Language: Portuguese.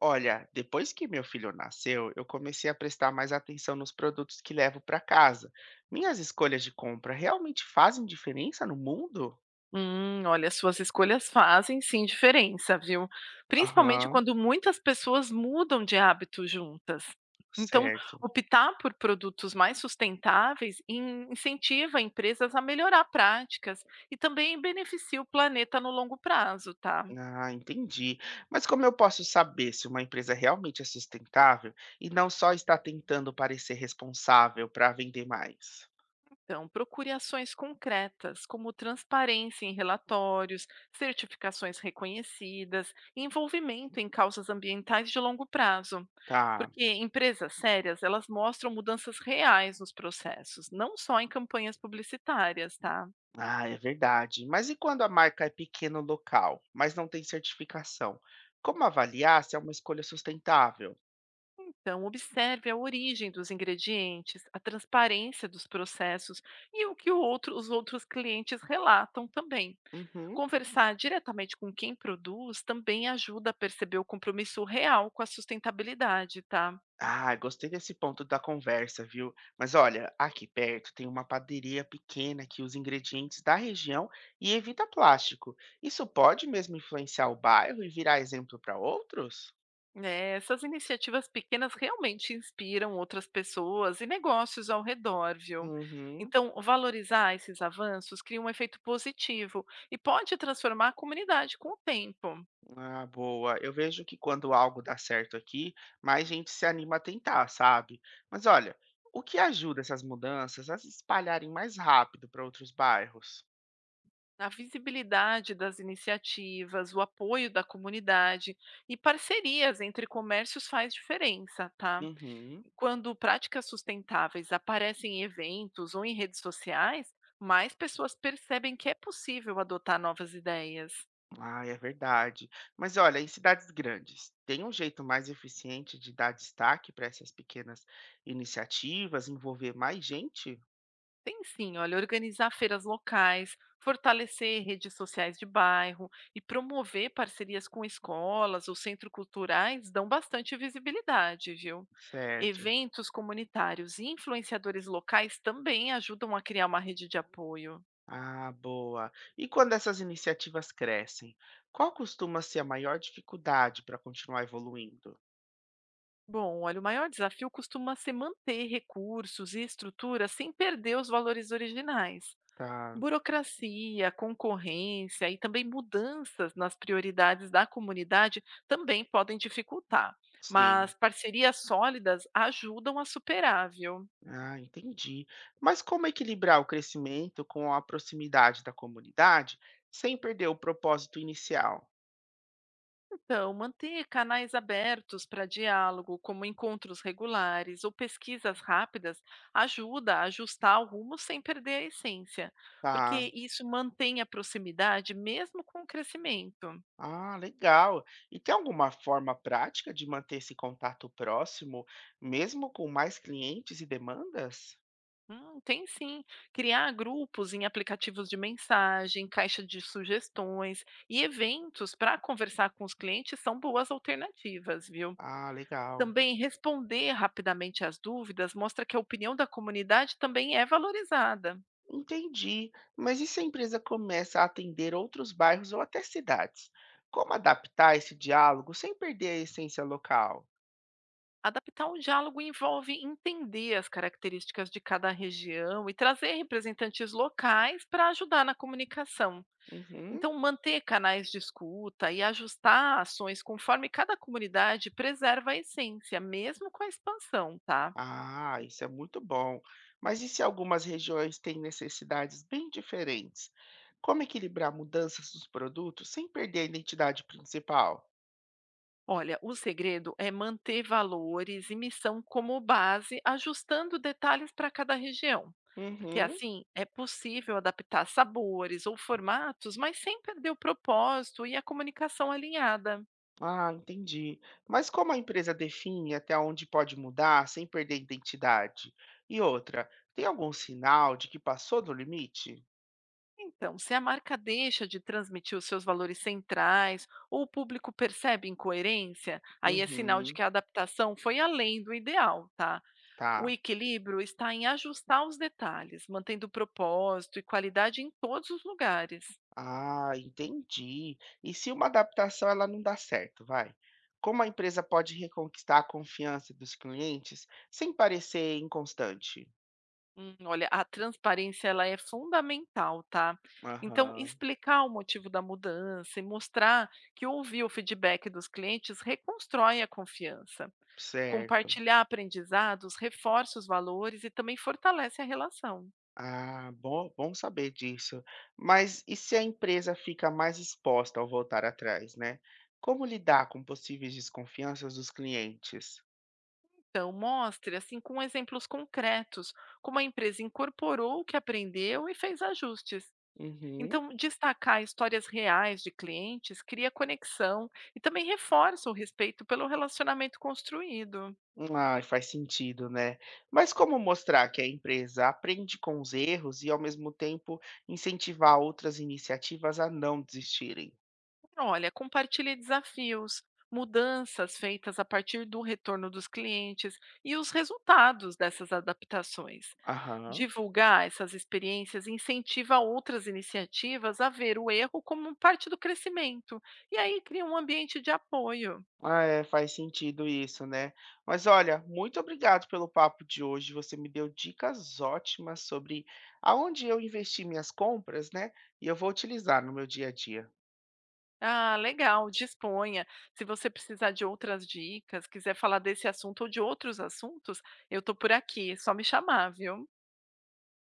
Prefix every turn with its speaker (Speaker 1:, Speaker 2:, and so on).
Speaker 1: Olha, depois que meu filho nasceu, eu comecei a prestar mais atenção nos produtos que levo para casa. Minhas escolhas de compra realmente fazem diferença no mundo?
Speaker 2: Olha, suas escolhas fazem sim diferença, viu? Principalmente
Speaker 1: Aham,
Speaker 2: quando muitas pessoas mudam de hábito juntas. Então,
Speaker 1: certo.
Speaker 2: optar por produtos mais sustentáveis incentiva empresas a melhorar práticas e também beneficia o planeta no longo prazo, tá?
Speaker 1: Ah, entendi. Mas como eu posso saber se uma empresa realmente é sustentável e não só está tentando parecer responsável para vender mais?
Speaker 2: Então, procure ações concretas, como transparência em relatórios, certificações reconhecidas, e envolvimento em causas ambientais de longo prazo.
Speaker 1: Tá.
Speaker 2: Porque empresas sérias, elas mostram mudanças reais nos processos, não só em campanhas publicitárias, tá?
Speaker 1: Ah, é verdade. Mas e quando a marca é pequeno local, mas não tem certificação? Como avaliar se é uma escolha sustentável?
Speaker 2: Então, observe a origem dos ingredientes, a transparência dos processos e o que os outros clientes relatam também.
Speaker 1: Uhum.
Speaker 2: Conversar diretamente com quem produz também ajuda a perceber o compromisso real com a sustentabilidade, tá?
Speaker 1: Ah, gostei desse ponto da conversa, viu? Mas olha, aqui perto tem uma padaria pequena que usa ingredientes da região e evita plástico. Isso pode mesmo influenciar o bairro e virar exemplo para outros?
Speaker 2: Né, essas iniciativas pequenas realmente inspiram outras pessoas e negócios ao redor, viu?
Speaker 1: Uhum.
Speaker 2: Então, valorizar esses avanços cria um efeito positivo e pode transformar a comunidade com o tempo.
Speaker 1: Ah, boa. Eu vejo que quando algo dá certo aqui, mais gente se anima a tentar, sabe? Mas olha, o que ajuda essas mudanças a se espalharem mais rápido para outros bairros?
Speaker 2: A visibilidade das iniciativas, o apoio da comunidade e parcerias entre comércios faz diferença, tá?
Speaker 1: Uhum.
Speaker 2: Quando práticas sustentáveis aparecem em eventos ou em redes sociais, mais pessoas percebem que é possível adotar novas ideias.
Speaker 1: Ah, é verdade. Mas olha, em cidades grandes, tem um jeito mais eficiente de dar destaque para essas pequenas iniciativas, envolver mais gente?
Speaker 2: Tem sim, olha, organizar feiras locais, fortalecer redes sociais de bairro e promover parcerias com escolas ou centros culturais dão bastante visibilidade, viu?
Speaker 1: Certo.
Speaker 2: Eventos comunitários e influenciadores locais também ajudam a criar uma rede de apoio.
Speaker 1: Ah, boa. E quando essas iniciativas crescem, qual costuma ser a maior dificuldade para continuar evoluindo?
Speaker 2: Bom, olha, o maior desafio costuma ser manter recursos e estrutura sem perder os valores originais.
Speaker 1: Tá,
Speaker 2: Burocracia, concorrência e também mudanças nas prioridades da comunidade também podem dificultar,
Speaker 1: sim.
Speaker 2: mas parcerias sólidas ajudam a superar, viu?
Speaker 1: Ah, entendi. Mas como equilibrar o crescimento com a proximidade da comunidade sem perder o propósito inicial?
Speaker 2: Então, manter canais abertos para diálogo, como encontros regulares ou pesquisas rápidas, ajuda a ajustar o rumo sem perder a essência,
Speaker 1: Tá.
Speaker 2: porque isso mantém a proximidade mesmo com o crescimento.
Speaker 1: Ah, legal. E tem alguma forma prática de manter esse contato próximo, mesmo com mais clientes e demandas?
Speaker 2: Tem sim. Criar grupos em aplicativos de mensagem, caixa de sugestões e eventos para conversar com os clientes são boas alternativas, viu?
Speaker 1: Ah, legal.
Speaker 2: Também responder rapidamente às dúvidas mostra que a opinião da comunidade também é valorizada.
Speaker 1: Entendi. Mas e se a empresa começa a atender outros bairros ou até cidades? Como adaptar esse diálogo sem perder a essência local?
Speaker 2: Adaptar o diálogo envolve entender as características de cada região e trazer representantes locais para ajudar na comunicação.
Speaker 1: Uhum.
Speaker 2: Então, manter canais de escuta e ajustar ações conforme cada comunidade preserva a essência, mesmo com a expansão, tá?
Speaker 1: Ah, isso é muito bom. Mas e se algumas regiões têm necessidades bem diferentes? Como equilibrar mudanças dos produtos sem perder a identidade principal?
Speaker 2: Olha, o segredo é manter valores e missão como base, ajustando detalhes para cada região. Porque
Speaker 1: Uhum.
Speaker 2: assim é possível adaptar sabores ou formatos, mas sem perder o propósito e a comunicação alinhada.
Speaker 1: Ah, entendi. Mas como a empresa define até onde pode mudar sem perder a identidade? E outra, tem algum sinal de que passou do limite?
Speaker 2: Então, se a marca deixa de transmitir os seus valores centrais ou o público percebe incoerência, aí é sinal de
Speaker 1: Uhum,
Speaker 2: que a adaptação foi além do ideal, tá? O
Speaker 1: tá.
Speaker 2: equilíbrio está em ajustar os detalhes, mantendo propósito e qualidade em todos os lugares.
Speaker 1: Ah, entendi. E se uma adaptação ela não dá certo, vai? Como a empresa pode reconquistar a confiança dos clientes sem parecer inconstante?
Speaker 2: Olha, a transparência ela é fundamental, tá? Então,
Speaker 1: Aham,
Speaker 2: explicar o motivo da mudança e mostrar que ouvir o feedback dos clientes reconstrói a confiança.
Speaker 1: certo.
Speaker 2: Compartilhar aprendizados reforça os valores e também fortalece a relação.
Speaker 1: Ah, bom saber disso. Mas e se a empresa fica mais exposta ao voltar atrás, né? Como lidar com possíveis desconfianças dos clientes?
Speaker 2: Então, mostre assim com exemplos concretos como a empresa incorporou o que aprendeu e fez ajustes.
Speaker 1: Uhum.
Speaker 2: Então, destacar histórias reais de clientes cria conexão e também reforça o respeito pelo relacionamento construído.
Speaker 1: Ah, faz sentido, né? Mas como mostrar que a empresa aprende com os erros e, ao mesmo tempo, incentivar outras iniciativas a não desistirem?
Speaker 2: Olha, compartilhe desafios, mudanças feitas a partir do retorno dos clientes e os resultados dessas adaptações.
Speaker 1: Aham.
Speaker 2: Divulgar essas experiências incentiva outras iniciativas a ver o erro como parte do crescimento e aí cria um ambiente de apoio.
Speaker 1: Ah, é, faz sentido isso, né? Mas olha, muito obrigado pelo papo de hoje. Você me deu dicas ótimas sobre aonde eu investi minhas compras, né? E eu vou utilizar no meu dia a dia.
Speaker 2: Ah, legal, disponha. Se você precisar de outras dicas, quiser falar desse assunto ou de outros assuntos, eu estou por aqui, é só me chamar, viu?